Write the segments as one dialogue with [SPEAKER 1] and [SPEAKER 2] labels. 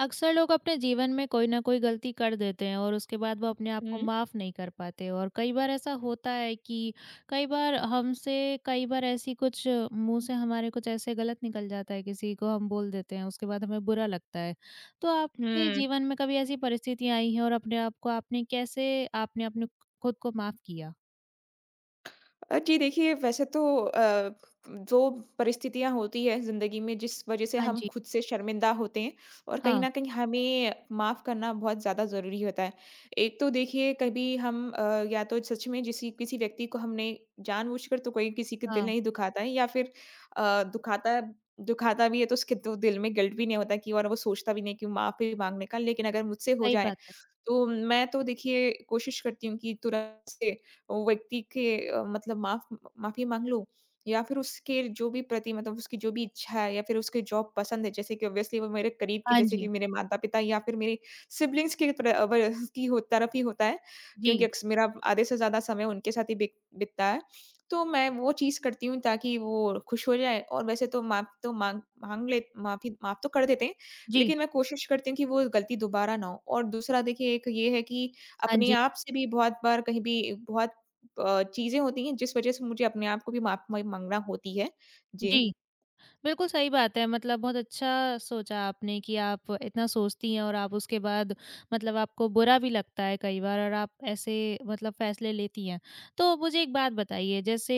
[SPEAKER 1] अक्सर लोग अपने जीवन में कोई ना कोई गलती कर देते हैं और उसके बाद वो अपने आप को
[SPEAKER 2] हुँ।
[SPEAKER 1] माफ़ नहीं कर पाते, और कई बार ऐसा होता है कि कई बार हमसे कई बार ऐसी कुछ मुंह से हमारे कुछ ऐसे गलत निकल जाता है, किसी को हम बोल देते हैं, उसके बाद हमें बुरा लगता है। तो आपके
[SPEAKER 2] हुँ।
[SPEAKER 1] जीवन में कभी ऐसी परिस्थितियां आई हैं और अपने आप को आपने कैसे आपने अपने खुद को माफ़ किया?
[SPEAKER 2] जी देखिए, वैसे तो जो परिस्थितियाँ होती हैं ज़िंदगी में, जिस वज़ह से
[SPEAKER 1] हाँ
[SPEAKER 2] हम
[SPEAKER 1] जी।
[SPEAKER 2] खुद से शर्मिंदा होते हैं और कहीं
[SPEAKER 1] हाँ,
[SPEAKER 2] न कहीं हमें माफ़ करना बहुत ज़्यादा ज़रूरी होता है। एक तो देखिए, कभी हम या तो सच में जिसी किसी व्यक्ति को हमने जानबूझकर, तो कोई किसी का दिल
[SPEAKER 1] हाँ।
[SPEAKER 2] नहीं दुखाता है या फिर अ, दुखाता दुखाता भी है, तो उसके तो दिल में गिल्ट भी नहीं होता कि, और वो सोचता भी नहीं कि माफ़ी माँगने का। लेकिन अगर मुझसे हो
[SPEAKER 1] सही
[SPEAKER 2] जाए,
[SPEAKER 1] बात है।
[SPEAKER 2] तो मैं तो देखिए, कोशिश करती हूँ कि तुरंत से व्यक्ति के मतलब माफ़ी माँग लूँ, या फिर उसके जो भी प्रति, मतलब उसकी जो भी इच्छा है या फिर उसकी जॉब पसंद है, जैसे कि ऑब्वियसली वो मेरे करीब के,
[SPEAKER 1] हाँ
[SPEAKER 2] जैसे
[SPEAKER 1] जी।
[SPEAKER 2] कि मेरे माता-पिता या फिर मेरे सिबलिंग्स के व की हो तरफ ही होता है,
[SPEAKER 1] जी।
[SPEAKER 2] क्योंकि अक्स मेरा आधे से ज़्यादा समय उनके साथ ही बीतता है। तो मैं वो चीज़ करती हूँ ताकि वो खुश हो जाएँ, और वैसे तो माफ़ तो माँग माँग ले, माफ़ी माफ़ तो कर देते हैं,
[SPEAKER 1] जी।
[SPEAKER 2] लेकिन मैं कोशिश करती हूँ कि वो गलती दोबारा ना हो। और दूसरा देखिए, एक ये है कि
[SPEAKER 1] हाँ
[SPEAKER 2] अपने
[SPEAKER 1] जी।
[SPEAKER 2] आप से भी बहुत बार, कहीं भी बहुत चीज़ें होती हैं जिस वज़ह से मुझे अपने आप को भी माफ़ म माँगना होती है। जी।
[SPEAKER 1] जी। बिल्कुल सही बात है। मतलब बहुत अच्छा सोचा आपने कि आप इतना सोचती हैं और आप उसके बाद मतलब आपको बुरा भी लगता है कई बार, और आप ऐसे मतलब फैसले लेती हैं। तो मुझे एक बात बताइए, जैसे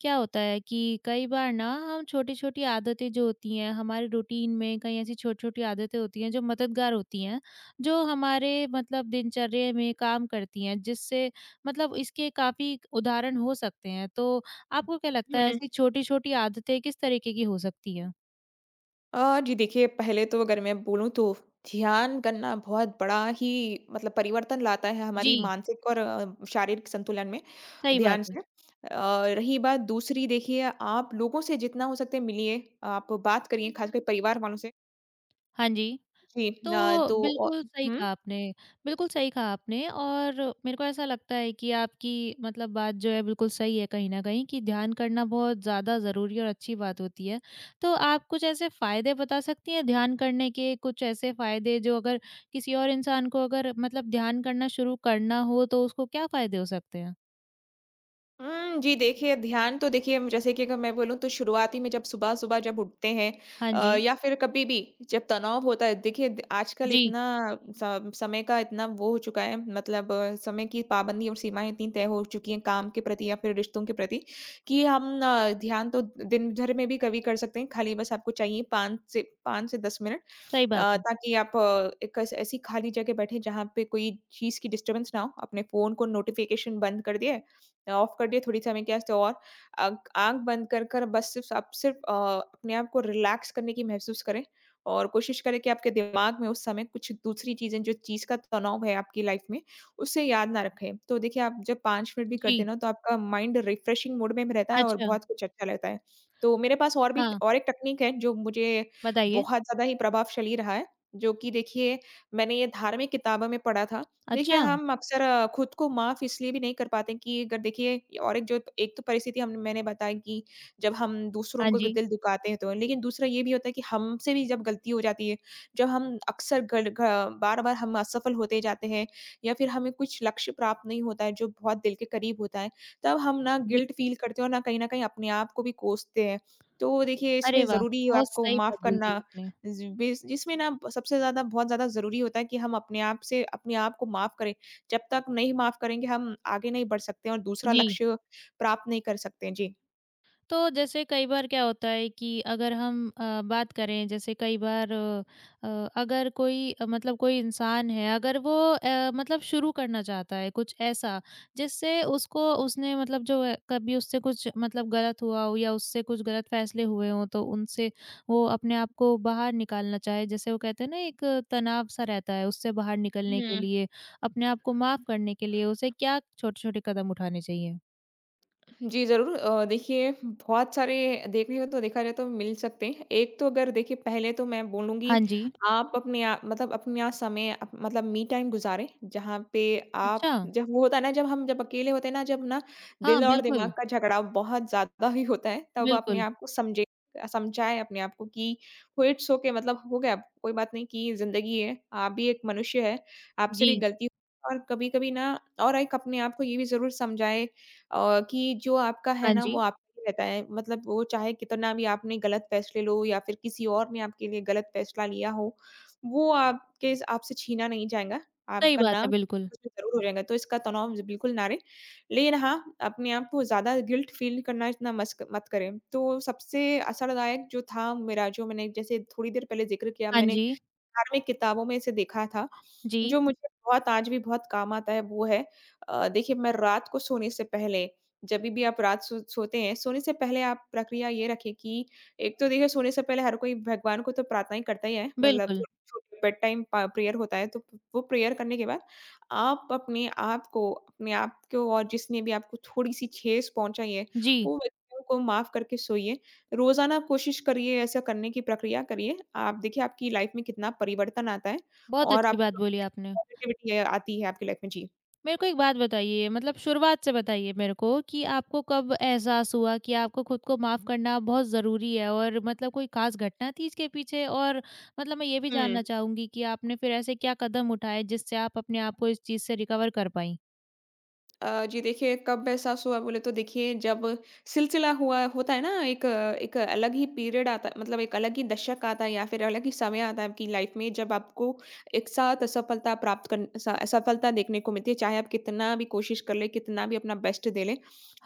[SPEAKER 1] क्या होता है कि कई बार ना हम छोटी-छोटी आदतें जो होती हैं हमारे रूटीन में, कई ऐसी छोटी-छोटी आदतें होती हैं जो मददगार होती हैं, जो हमारे मतलब दिनचर्या में काम करती हैं, जिससे मतलब इसके काफ़ी उदाहरण हो सकते हैं। तो आपको क्या लगता है
[SPEAKER 2] हुँ।
[SPEAKER 1] ऐसी छोटी-छोटी आदतें किस तरीके की हो सकती हैं?
[SPEAKER 2] जी देखिए, पहले तो अगर मैं बोलूँ तो, ध्यान करना बहुत बड़ा ही, मतलब परिवर्तन लाता है हमारी
[SPEAKER 1] जी,
[SPEAKER 2] मानसिक और शारीरिक संतुलन में,
[SPEAKER 1] सही बात
[SPEAKER 2] ध्यान
[SPEAKER 1] है।
[SPEAKER 2] से। रही बात दूसरी, देखिए आप लोगों से जितना हो सकता है मिलिए, आप बात करिए खासकर परिवार वालों से।
[SPEAKER 1] हाँ जी।
[SPEAKER 2] जी, न
[SPEAKER 1] तो
[SPEAKER 2] तो
[SPEAKER 1] बिल्कुल सही
[SPEAKER 2] हुँ।
[SPEAKER 1] कहा आपने, बिल्कुल सही कहा आपने, और मेरे को ऐसा लगता है कि आपकी मतलब बात जो है बिल्कुल सही है कहीं न कहीं, कि ध्यान करना बहुत ज़्यादा ज़रूरी और अच्छी बात होती है। तो आप कुछ ऐसे फ़ायदे बता सकती हैं ध्यान करने के, कुछ ऐसे फ़ायदे जो अगर किसी और इंसान को अगर मतलब ध्यान करना शुरू करना हो तो उसको क्या फ़ायदे हो सकते हैं?
[SPEAKER 2] हुँ, जी देखिए, ध्यान तो देखिए जैसे कि अगर मैं बोलूँ, तो शुरुआती में जब सुबह-सुबह जब उठते हैं,
[SPEAKER 1] हाँ जी।
[SPEAKER 2] या फिर कभी भी जब तनाव होता है, देखिए द आजकल
[SPEAKER 1] जी,
[SPEAKER 2] इतना स समय का इतना वो हो चुका है, मतलब समय की पाबंदी और सीमाएँ इतनी तय हो चुकी हैं, काम के प्रति या फिर रिश्तों के प्रति, कि हम ध्यान तो दिन भर में भी कभी कर सकते हैं। खाली बस आपको चाहिए 5 से 5 से 10 मिनट,
[SPEAKER 1] सही बात है।
[SPEAKER 2] ताकि आप एक ऐस ऐसी खाली जगह बैठे जहाँ पे कोई चीज़ की डिस्टर्बेंस ना हो। अपने फ़ोन को नोटिफ़िकेशन बंद कर दिए, ऑफ कर दिया थोड़ी समय के वास्ते, और आँख आँख बंद कर कर, बस सिर्फ़ आप सिर्फ़ अपने आप को रिलैक्स करने की महसूस करें, और कोशिश करें कि आपके दिमाग में उस समय कुछ दूसरी चीज़ें, जो चीज़ का तनाव है आपकी लाइफ़ में, उसे याद ना रखें। तो देखिए, आप जब 5 मिनट भी करते
[SPEAKER 1] जी,
[SPEAKER 2] हैं ना, तो आपका माइंड रिफ्रेशिंग मूड में भी रहता है और
[SPEAKER 1] अच्छा।
[SPEAKER 2] बहुत कुछ अच्छा लगता है। तो मेरे पास और भी,
[SPEAKER 1] हाँ,
[SPEAKER 2] और एक टेक्नीक है जो मुझे
[SPEAKER 1] बताइए।
[SPEAKER 2] बहुत ज़्यादा ही प्रभावशाली रहा है, जो कि देखिए, मैंने ये धार्मिक किताबों में पढ़ा था। देखिए,
[SPEAKER 1] अच्छा!
[SPEAKER 2] हम अक्सर खुद को माफ़ इसलिए भी नहीं कर पाते कि, अगर देखिए, और एक जो एक तो परिस्थिति हम मैंने बताई कि जब हम दूसरों
[SPEAKER 1] हाँ
[SPEAKER 2] को
[SPEAKER 1] जी।
[SPEAKER 2] दिल दुखाते हैं तो। लेकिन दूसरा ये भी होता है कि हमसे भी जब गलती हो जाती है, जब हम अक्सर गल घ बार-बार हम असफल होते जाते हैं, या फिर हमें कुछ लक्ष्य प्राप्त नहीं होता है जो बहुत दिल के करीब होता है, तब हम ना
[SPEAKER 1] जी।
[SPEAKER 2] गिल्ट फ़ील करते हैं और ना कहीं न कहीं अपने आप को भी कोसते हैं। तो देखिए,
[SPEAKER 1] अरे
[SPEAKER 2] इसमें
[SPEAKER 1] वाह!
[SPEAKER 2] ज़रूरी है
[SPEAKER 1] बहुत
[SPEAKER 2] आपको
[SPEAKER 1] सही
[SPEAKER 2] माफ़
[SPEAKER 1] बात बोल दी
[SPEAKER 2] करना।
[SPEAKER 1] आपने।
[SPEAKER 2] जी, बेस जिसमें ना सबसे ज़्यादा, बहुत ज़्यादा ज़रूरी होता है कि हम अपने आप से अपने आप को माफ़ करें। जब तक नहीं माफ़ करेंगे, हम आगे नहीं बढ़ सकते और दूसरा
[SPEAKER 1] जी।
[SPEAKER 2] लक्ष्य प्राप्त नहीं कर सकते।
[SPEAKER 1] तो जैसे कई बार क्या होता है कि अगर हम बात करें, जैसे कई बार अगर कोई मतलब कोई इंसान है, अगर वो मतलब शुरू करना चाहता है कुछ ऐसा जिससे उसको उसने मतलब जो है, कभी उससे कुछ मतलब गलत हुआ हो या उससे कुछ गलत फैसले हुए हों तो उनसे वो अपने आप को बाहर निकालना चाहे, जैसे वो कहते हैं ना एक तनाव सा रहता है, उससे बाहर निकलने
[SPEAKER 2] जी।
[SPEAKER 1] के लिए, अपने आप को माफ करने के लिए उसे क्या छोटे छोटे कदम उठाने चाहिए?
[SPEAKER 2] जी, ज़रूर। देखिए बहुत सारे, देखने हो तो देखा जाए तो मिल सकते हैं। एक तो अगर देखिए, पहले तो मैं बोलूँगी,
[SPEAKER 1] हाँ जी।
[SPEAKER 2] आप अपने आप, मतलब अपना समय अप मतलब मी टाइम गुज़ारें, जहाँ पे
[SPEAKER 1] अच्छा।
[SPEAKER 2] आप जब वो होता है ना, जब हम जब अकेले होते हैं ना, जब ना
[SPEAKER 1] हाँ,
[SPEAKER 2] दिल और दिमाग
[SPEAKER 1] बिल्कुल।
[SPEAKER 2] का झगड़ा बहुत ज़्यादा ही होता है, तब अपने
[SPEAKER 1] बिल्कुल।
[SPEAKER 2] आप को समझे समझाएँ अपने आप को कि इट्स ओके, मतलब हो गया, कोई बात नहीं, कि ज़िंदगी है, आप भी एक मनुष्य है, आपसे भी
[SPEAKER 1] जी।
[SPEAKER 2] गलती, और कभी-कभी ना। और एक अपने आप को ये भी ज़रूर समझाएँ, कि जो आपका है
[SPEAKER 1] हाँ
[SPEAKER 2] ना, वो
[SPEAKER 1] जी,
[SPEAKER 2] आपका ही रहता है, मतलब वो चाहे कितना भी आपने गलत फैसले लो या फिर किसी और ने आपके लिए गलत फैसला लिया हो, वो आपके आपसे छीना नहीं जाएगा।
[SPEAKER 1] सही
[SPEAKER 2] आपका
[SPEAKER 1] बात
[SPEAKER 2] नाम
[SPEAKER 1] है, बिल्कुल।
[SPEAKER 2] उसमें ज़रूर हो जाएगा, तो इसका तनाव ज बिल्कुल ना रहे। लेकिन हाँ, अपने आप को ज़्यादा गिल्ट फ़ील करना, इतना मस्क मत करें। तो सबसे असरदायक जो था मेरा, जो मैंने जैसे थोड़ी देर पहले ज़िक्र किया,
[SPEAKER 1] हाँ
[SPEAKER 2] मैंने
[SPEAKER 1] जी,
[SPEAKER 2] धार्मिक किताबों में इसे देखा था,
[SPEAKER 1] जी,
[SPEAKER 2] जो मुझे बहुत, आज भी बहुत काम आता है, वो है, देखिए, मैं रात को सोने से पहले, जभी भी आप रात सोते हैं, सोने से पहले आप प्रक्रिया ये रखें कि, एक तो देखिए, सोने से पहले हर कोई भगवान को तो प्रार्थनाएँ करता ही है, मतलब
[SPEAKER 1] बिल्कुल।
[SPEAKER 2] थोड़ी छोटी बेड टाइम प प्रेयर होता है, तो वो प्रेयर करने के बाद, आप अपने आप को और जिसने भी आपको थोड़ी-सी ठेस पहुँचाई है,
[SPEAKER 1] जी,
[SPEAKER 2] वो व्यक्तियों को माफ़ करके सोइए। रोज़ाना आप कोशिश करिए, ऐसा करने की प्रक्रिया करिए। आप देखिए, आपकी लाइफ़ में कितना परिवर्तन आता है
[SPEAKER 1] बहुत
[SPEAKER 2] और
[SPEAKER 1] अच्छी बात
[SPEAKER 2] आपको
[SPEAKER 1] बोली आपने।
[SPEAKER 2] पॉज़िटिविटी आती है आपकी लाइफ़ में। जी।
[SPEAKER 1] मेरे को एक बात बताइए, मतलब शुरुआत से बताइए मेरे को, कि आपको कब एहसास हुआ कि आपको खुद को माफ़ करना बहुत ज़रूरी है, और मतलब कोई ख़ास घटना थी इसके पीछे? और मतलब मैं ये भी
[SPEAKER 2] हुँ।
[SPEAKER 1] जानना चाहूँगी कि आपने फिर ऐसे क्या कदम उठाए जिससे आप अपने आप को इस चीज़ से रिकवर कर पाईं?
[SPEAKER 2] जी देखिए, कब एहसास हुआ बोले तो देखिए, जब सिलसिला हुआ होता है ना, एक एक अलग ही पीरियड आता, मतलब एक अलग ही दशक आता है या फिर अलग ही समय आता है आपकी लाइफ में, जब आपको एक साथ असफलता प्राप्त कर स असफलता देखने को मिलती है, चाहे आप कितना भी कोशिश कर लें, कितना भी अपना बेस्ट दे लें।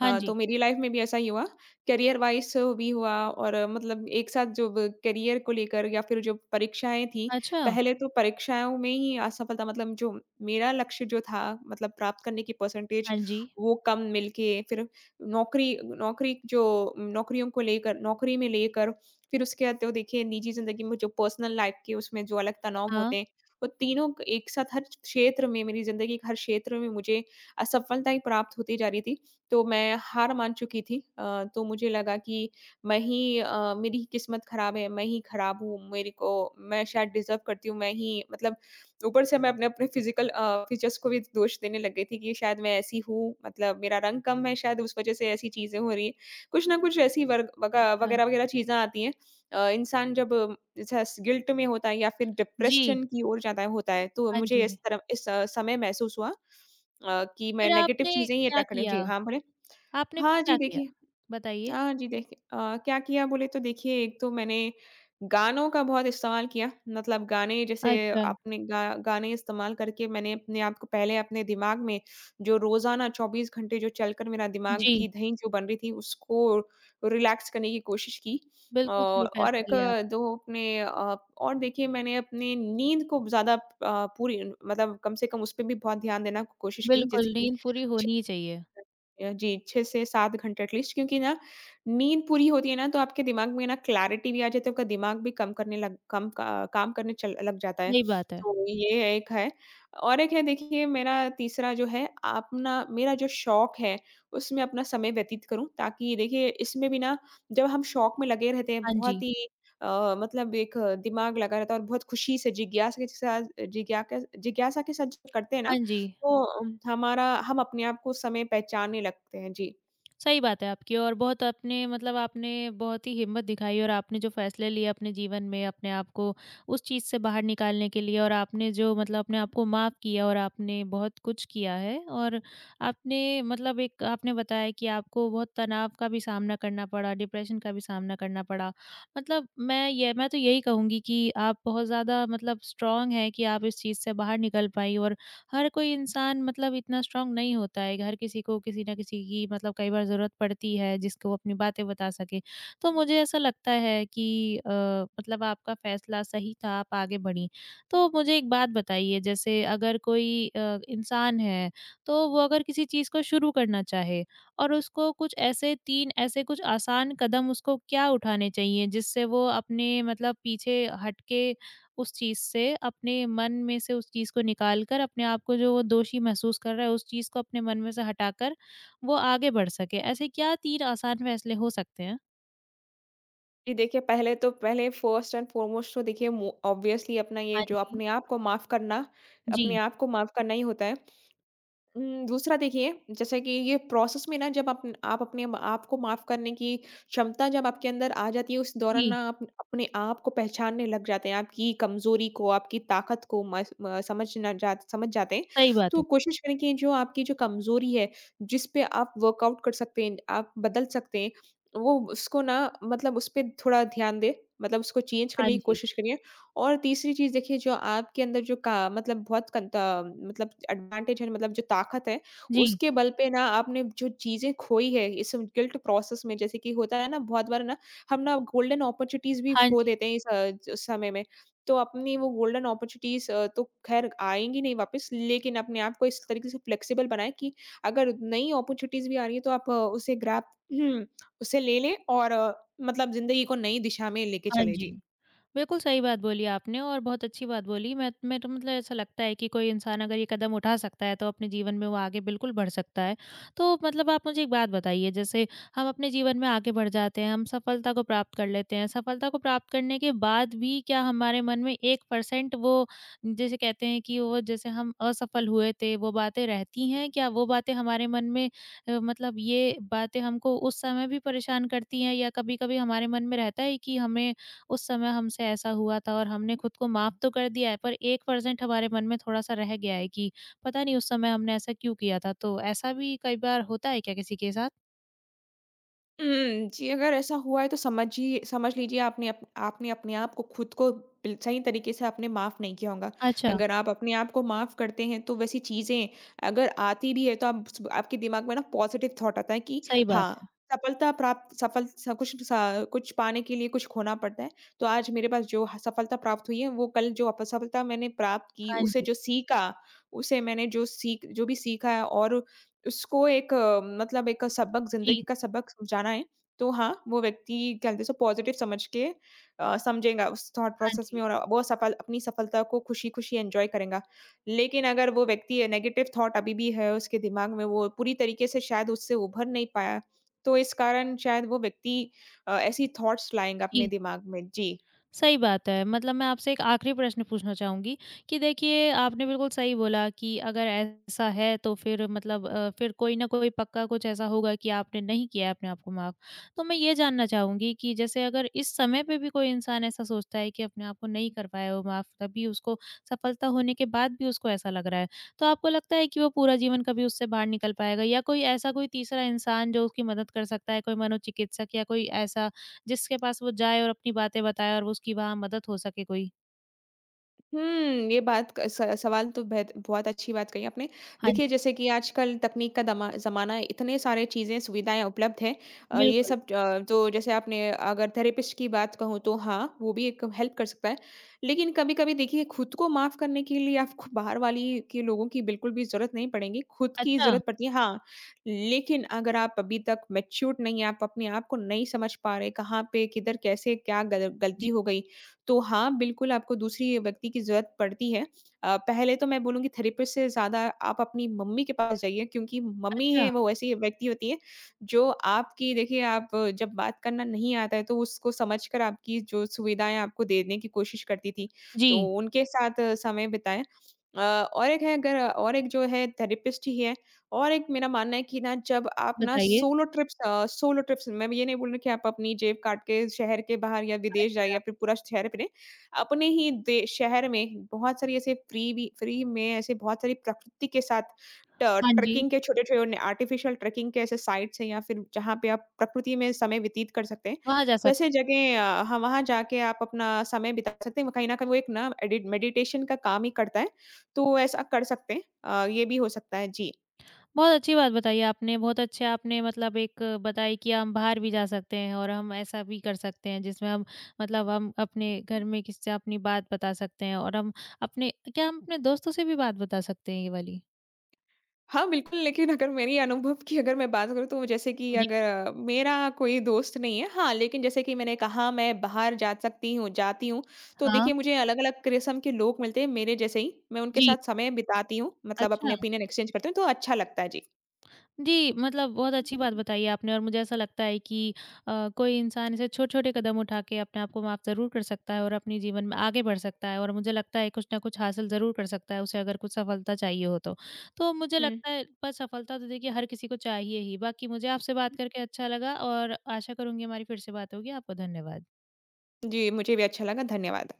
[SPEAKER 1] हाँ
[SPEAKER 2] तो
[SPEAKER 1] जी।
[SPEAKER 2] मेरी लाइफ में भी ऐसा ही हुआ, करियर वाइज़ भी हुआ और मतलब एक साथ जो ब करियर को लेकर, या फिर जो परीक्षाएँ थी,
[SPEAKER 1] अच्छा।
[SPEAKER 2] पहले तो परीक्षाओं में ही असफलता, मतलब जो मेरा लक्ष्य जो था, मतलब प्राप्त करने की परसेंटेज
[SPEAKER 1] हाँ जी,
[SPEAKER 2] वो कम मिलके, फिर नौकरी नौकरी जो, नौकरियों को लेकर, नौकरी में लेकर, फिर उसके बाद तो देखिए, निजी जिंदगी में जो पर्सनल लाइफ के, उसमें जो अलग तनाव
[SPEAKER 1] हाँ।
[SPEAKER 2] होते हैं, वो तीनों एक साथ हर क्षेत्र में, मेरी जिंदगी के हर क्षेत्र में मुझे असफलता ही प्राप्त होती जा रही थी। तो मैं हार मान चुकी थी। तो मुझे लगा कि मैं ही, मेरी ही किस्मत खराब है, मैं ही खराब हूँ, मेरे को मैं शायद डिज़र्व करती हूँ, मैं ही मतलब, ऊपर से मैं अपने-अपने फ़िज़िकल फ़ीचर्स को भी दोष देने लग गई थी, कि शायद मैं ऐसी हूँ, मतलब मेरा रंग कम है शायद, उस वज़ह से ऐसी चीज़ें हो रही हैं। कुछ ना कुछ ऐसी वर्ग वगा
[SPEAKER 1] अच्छा,
[SPEAKER 2] वगैरह-वगैरह चीज़ें आती हैं। इंसान जब जस गिल्ट में होता है, या फिर
[SPEAKER 1] जी,
[SPEAKER 2] डिप्रेशन की ओर ज़्यादा होता है, तो
[SPEAKER 1] हाँ
[SPEAKER 2] मुझे इस
[SPEAKER 1] जी।
[SPEAKER 2] तरह इस अ, समय महसूस हुआ, कि मैं
[SPEAKER 1] फिर
[SPEAKER 2] नेगेटिव
[SPEAKER 1] आपने
[SPEAKER 2] चीज़ें ही
[SPEAKER 1] क्या
[SPEAKER 2] अटैक कर रही हूँ। जी,
[SPEAKER 1] किया?
[SPEAKER 2] हाँ, बोलिए।
[SPEAKER 1] आपने फिर
[SPEAKER 2] हाँ
[SPEAKER 1] क्या
[SPEAKER 2] जी,
[SPEAKER 1] किया?
[SPEAKER 2] देखिए
[SPEAKER 1] बताइए?
[SPEAKER 2] हाँ जी, देखिए क्या किया बोले तो देखिए, एक तो मैंने गानों का बहुत इस्तेमाल किया। मतलब गाने जैसे,
[SPEAKER 1] अच्छा।
[SPEAKER 2] अपने गा गाने इस्तेमाल करके, मैंने अपने आप को पहले, अपने दिमाग में जो रोज़ाना 24 घंटे जो चलकर मेरा दिमाग
[SPEAKER 1] जी।
[SPEAKER 2] की धई जो बन रही थी, उसको रिलैक्स करने की कोशिश की।
[SPEAKER 1] बिल्कुल सही
[SPEAKER 2] और एक,
[SPEAKER 1] फैसला लिया आपने।
[SPEAKER 2] दो अपने, और देखिए, मैंने अपनी नींद को ज़्यादा, पूरी, मतलब कम से कम उस पे भी बहुत ध्यान देना कोशिश की। जैसे
[SPEAKER 1] बिल्कुल,
[SPEAKER 2] कि
[SPEAKER 1] नींद पूरी होनी ही चाहिए।
[SPEAKER 2] जी, 6 से 7 घंटे एटलीस्ट, क्योंकि ना नींद पूरी होती है ना, तो आपके दिमाग में ना क्लैरिटी भी आ जाती है, तो आपका दिमाग भी कम का काम करने चल लग जाता है।
[SPEAKER 1] सही बात है।
[SPEAKER 2] तो ये एक है, और एक है देखिए, मेरा तीसरा जो है, अपना मेरा जो शौक है, उसमें अपना समय व्यतीत करूँ, ताकि देखिए, इसमें भी ना, जब हम शौक में लगे रहते हैं
[SPEAKER 1] हाँ
[SPEAKER 2] बहुत
[SPEAKER 1] जी,
[SPEAKER 2] ही, मतलब एक दिमाग लगा रहता है, और बहुत खुशी से जिज्ञासा के साथ, जिज्ञा जिज्ञासा के साथ जो करते हैं ना,
[SPEAKER 1] हाँ जी।
[SPEAKER 2] तो हमारा हम अपने आप को उस समय पहचानने लगते हैं, जी।
[SPEAKER 1] सही बात है आपकी, और बहुत अपने मतलब आपने बहुत ही हिम्मत दिखाई, और आपने जो फैसले लिए अपने जीवन में अपने आप को उस चीज़ से बाहर निकालने के लिए, और आपने जो मतलब अपने आप को माफ़ किया, और आपने बहुत कुछ किया है। और आपने मतलब एक आपने बताया कि आपको बहुत तनाव का भी सामना करना पड़ा, डिप्रेशन का भी सामना करना पड़ा। मतलब मैं ये मैं तो यही कहूँगी कि आप बहुत ज़्यादा मतलब स्ट्रांग हैं कि आप इस चीज़ से बाहर निकल पाई। और हर कोई इंसान मतलब इतना स्ट्रांग नहीं होता है, हर किसी को किसी ना किसी की मतलब कई बार ज़रूरत पड़ती है जिसको वो अपनी बातें बता सके। तो मुझे ऐसा लगता है कि मतलब आपका फ़ैसला सही था, आप आगे बढ़ीं। तो मुझे एक बात बताइए, जैसे अगर कोई इंसान है, तो वो अगर किसी चीज़ को शुरू करना चाहे, और उसको कुछ ऐसे 3 ऐसे कुछ आसान कदम उसको क्या उठाने चाहिए जिससे वो अपने मतलब पीछे हट के, उस चीज़ से अपने मन में से उस चीज़ को निकाल कर, अपने आप को जो वो दोषी महसूस कर रहा है उस चीज़ को अपने मन में से हटाकर वो आगे बढ़ सके? ऐसे क्या 3 आसान फैसले हो सकते हैं?
[SPEAKER 2] जी, देखिए, पहले तो पहले फर्स्ट एंड फ़ॉरमोस्ट, तो देखिए मो ऑब्वियसली अपना ये
[SPEAKER 1] हाँ
[SPEAKER 2] जो,
[SPEAKER 1] जी।
[SPEAKER 2] अपने आप को माफ़ करना, अपने
[SPEAKER 1] जी,
[SPEAKER 2] आप को माफ़ करना ही होता है। दूसरा देखिए, जैसे कि ये प्रोसेस में ना, जब आप अपने आप को माफ़ करने की क्षमता जब आपके अंदर आ जाती है, उस दौरान
[SPEAKER 1] जी,
[SPEAKER 2] ना आप अपने आप को पहचानने लग जाते हैं, आपकी कमज़ोरी को, आपकी ताकत को मस म समझना जा समझ जाते हैं।
[SPEAKER 1] सही बात
[SPEAKER 2] तो
[SPEAKER 1] है।
[SPEAKER 2] कोशिश करें कि जो आपकी जो कमज़ोरी है, जिस पे आप वर्कआउट कर सकते हैं, आप बदल सकते हैं, वो उसको ना मतलब उस पे थोड़ा ध्यान दें, मतलब उसको चेंज
[SPEAKER 1] हाँ
[SPEAKER 2] करने की
[SPEAKER 1] जी।
[SPEAKER 2] कोशिश करिए। और तीसरी चीज़ देखिए जो आपके अंदर जो का मतलब बहुत कंत मतलब एडवांटेज है मतलब जो ताकत है,
[SPEAKER 1] जी।
[SPEAKER 2] उसके बल पे ना आपने जो चीज़ें खोई है इस गिल्ट प्रोसेस में जैसे कि होता है ना बहुत बार ना हम ना गोल्डन अपॉर्च्युनिटीज़ भी
[SPEAKER 1] हाँ
[SPEAKER 2] खो
[SPEAKER 1] जी,
[SPEAKER 2] देते हैं इस ज समय में। तो अपनी वो गोल्डन अपॉर्च्युनिटीज़ तो ख़ैर आएँगी नहीं वापस लेकिन अपने आप को इस तरीके से फ्लेक्सिबल बनाएँ कि अगर नई अपॉर्च्युनिटीज़ भी आ रही है तो आप उसे ग्रैब उसे ले लें और मतलब ज़िंदगी को नई दिशा में लेके
[SPEAKER 1] हाँ
[SPEAKER 2] चलें।
[SPEAKER 1] जी।
[SPEAKER 2] जी।
[SPEAKER 1] बिल्कुल सही बात बोली आपने और बहुत अच्छी बात बोली। मैं तो मतलब ऐसा लगता है कि कोई इंसान अगर ये कदम उठा सकता है तो अपने जीवन में वो आगे बिल्कुल बढ़ सकता है। तो मतलब आप मुझे एक बात बताइए, जैसे हम अपने जीवन में आगे बढ़ जाते हैं, हम सफलता को प्राप्त कर लेते हैं। सफलता को प्राप्त करने के बाद भी क्या हमारे मन में 1% वो, जैसे कहते हैं कि वो जैसे हम असफल हुए थे, वो बातें रहती हैं? क्या वो बातें हमारे मन में मतलब ये बातें हमको उस समय भी परेशान करती हैं, या कभी-कभी हमारे मन में रहता है कि हमें उस समय हमसे ऐसा हुआ था, और हमने खुद को माफ तो कर दिया है पर 1% हमारे मन में थोड़ा-सा रह गया है कि पता नहीं उस समय हमने ऐसा क्यों किया था? तो ऐसा भी कई बार होता है क्या किसी के साथ?
[SPEAKER 2] हुँ, जी, अगर ऐसा हुआ है तो समझिए समझ लीजिए आपने अप आपने अपने आप को खुद को बिल सही तरीके से आपने माफ़ नहीं किया होगा।
[SPEAKER 1] अच्छा,
[SPEAKER 2] अगर आप अपने आप को माफ़ करते हैं तो वैसी चीज़ें अगर आती भी है तो आप स आपके दिमाग में ना पॉज़िटिव थॉट आता है कि
[SPEAKER 1] सही बात है।
[SPEAKER 2] हाँ, सफलता प्राप्त सफल स कुछ पाने के लिए कुछ खोना पड़ता है। तो आज मेरे पास जो ह सफलता प्राप्त हुई है वो कल जो असफलता मैंने प्राप्त की,
[SPEAKER 1] हाँ
[SPEAKER 2] उसे
[SPEAKER 1] जी।
[SPEAKER 2] जो सीखा, उसे मैंने जो सीख जो भी सीखा है और उसको एक मतलब एक सबक
[SPEAKER 1] जी,
[SPEAKER 2] ज़िंदगी का सबक समझाना है, तो हाँ, वो व्यक्ति क्या कहते हैं उसे पॉज़िटिव समझ के समझेगा उस थॉट
[SPEAKER 1] हाँ
[SPEAKER 2] प्रोसेस में
[SPEAKER 1] जी।
[SPEAKER 2] और वो सफल अपनी सफलता को खुशी-खुशी एन्जॉय करेगा। लेकिन अगर वो व्यक्ति नेगेटिव थॉट अभी भी है उसके दिमाग में, वो पूरी तरीके से शायद उससे उभर नहीं पाया, तो इस कारण शायद वो व्यक्ति ऐसी थॉट्स लाएँगा अपने
[SPEAKER 1] जी।
[SPEAKER 2] दिमाग में। जी।
[SPEAKER 1] सही बात है। मतलब मैं आपसे एक आखिरी प्रश्न पूछना चाहूँगी कि देखिए, आपने बिल्कुल सही बोला कि अगर ऐसा है तो फिर मतलब फिर कोई ना कोई पक्का कुछ ऐसा होगा कि आपने नहीं किया है अपने आप को माफ़। तो मैं ये जानना चाहूँगी कि जैसे अगर इस समय पे भी कोई इंसान ऐसा सोचता है कि अपने आप को नहीं कर पाया वो माफ़, तभी उसको सफलता होने के बाद भी उसको ऐसा लग रहा है, तो आपको लगता है कि वो पूरा जीवन कभी उससे बाहर निकल पाएगा? या कोई ऐसा, कोई तीसरा इंसान जो उसकी मदद कर सकता है, कोई मनोचिकित्सक या कोई ऐसा जिसके पास वो जाए और अपनी बातें बताए और वो उसकी वहाँ मदद हो सके कोई?
[SPEAKER 2] हुँ, ये बात क स सवाल तो बेहत बहुत अच्छी बात कही आपने।
[SPEAKER 1] हाँ
[SPEAKER 2] देखिए,
[SPEAKER 1] जी,
[SPEAKER 2] जैसे कि आजकल तकनीक का दमा ज़माना है, इतने सारे चीज़ें, सुविधाएँ उपलब्ध हैं। ये
[SPEAKER 1] बिल्कुल।
[SPEAKER 2] सब तो जैसे आपने अगर थेरेपिस्ट की बात कहूँ तो हाँ, वो भी एक हेल्प कर सकता है। लेकिन कभी-कभी देखिए, खुद को माफ़ करने के लिए आपको बाहर वाली के लोगों की बिल्कुल भी ज़रूरत नहीं पड़ेगी, खुद की
[SPEAKER 1] अच्छा,
[SPEAKER 2] ज़रूरत पड़ती है हाँ, लेकिन अगर आप अभी तक मैच्योर्ड नहीं हैं, आप अपने आप को नहीं समझ पा रहे, कहाँ पे, किधर, कैसे, क्या गल गलती
[SPEAKER 1] जी,
[SPEAKER 2] हो गई, तो हाँ, बिल्कुल आपको दूसरी व्यक्ति की ज़रूरत पड़ती है। पहले तो मैं बोलूँगी थेरेपिस्ट से ज़्यादा आप अपनी मम्मी के पास जाइए क्योंकि मम्मी है
[SPEAKER 1] अच्छा,
[SPEAKER 2] वो ऐसी व्यक्ति होती है, जो आपकी देखिए आप जब बात करना नहीं आता है तो उसको समझकर आपकी जो सुविधाएँ आपको देने की कोशिश करती थी, तो
[SPEAKER 1] जी,
[SPEAKER 2] उनके साथ समय बिताएँ। और एक है अगर और एक जो है थेरेपिस्ट ही है और एक मेरा मानना है कि ना जब आप ना
[SPEAKER 1] बताइए।
[SPEAKER 2] सोलो ट्रिप्स सोलो ट्रिप्स मैं ये नहीं बोल रही कि आप अपनी जेब काट के शहर के बाहर या विदेश जाइए
[SPEAKER 1] अच्छा,
[SPEAKER 2] या फिर पूरा शहर पे नहीं, अपने ही दे शहर में बहुत सारी ऐसे फ्री भी फ्री में ऐसे बहुत सारी प्रकृति के साथ ट
[SPEAKER 1] हाँ जी,
[SPEAKER 2] ट्रेकिंग के छोटे-छोटे आर्टिफिशियल ट्रेकिंग के ऐसे साइट्स हैं या फिर जहाँ पे आप प्रकृति में समय व्यतीत कर सकते हैं।
[SPEAKER 1] वहाँ जा सकते
[SPEAKER 2] वैसे
[SPEAKER 1] हैं।
[SPEAKER 2] जगह हाँ, वहाँ जाके आप अपना समय बिता सकते हैं। कहीं न कहीं वो एक ना एडिट मेडिटेशन का काम ही करता है, तो ऐसा कर सकते हैं। ये भी हो सकता है। जी।
[SPEAKER 1] बहुत अच्छी बात बताई आपने, बहुत अच्छे आपने मतलब एक बताई कि हम बाहर भी जा सकते हैं, और हम ऐसा भी कर सकते हैं जिसमें हम मतलब हम अपने घर में किसी से अपनी बात बता सकते हैं, और हम अपने क्या हम अपने दोस्तों से भी बात बता सकते हैं ये वाली?
[SPEAKER 2] हाँ, बिल्कुल, लेकिन अगर मेरी अनुभव की अगर मैं बात करूँ, तो जैसे कि
[SPEAKER 1] जी,
[SPEAKER 2] अगर मेरा कोई दोस्त नहीं है। हाँ, लेकिन जैसे कि मैंने कहा, मैं बाहर जा सकती हूँ जाती हूँ, तो
[SPEAKER 1] हाँ,
[SPEAKER 2] देखिए, मुझे अलग-अलग किस्म के लोग मिलते हैं, मेरे जैसे ही। मैं उनके
[SPEAKER 1] जी,
[SPEAKER 2] साथ समय बिताती हूँ, मतलब अपने
[SPEAKER 1] अच्छा।
[SPEAKER 2] ओपिनियन एक्सचेंज करती हूँ, तो अच्छा लगता है। जी।
[SPEAKER 1] जी, मतलब बहुत अच्छी बात बताई आपने, और मुझे ऐसा लगता है कि कोई इंसान ऐसे छोटे-छोटे कदम उठा के अपने आप को माफ़ ज़रूर कर सकता है, और अपने जीवन में आगे बढ़ सकता है, और मुझे लगता है कुछ न कुछ हासिल ज़रूर कर सकता है, उसे अगर कुछ सफलता चाहिए हो तो। तो मुझे
[SPEAKER 2] हुँ।
[SPEAKER 1] लगता है पर सफलता तो देखिए हर किसी को चाहिए ही। बाकी मुझे आपसे बात करके अच्छा लगा, और आशा करूँगी हमारी फिर से बात होगी। आपको धन्यवाद।
[SPEAKER 2] जी, मुझे भी अच्छा लगा। धन्यवाद।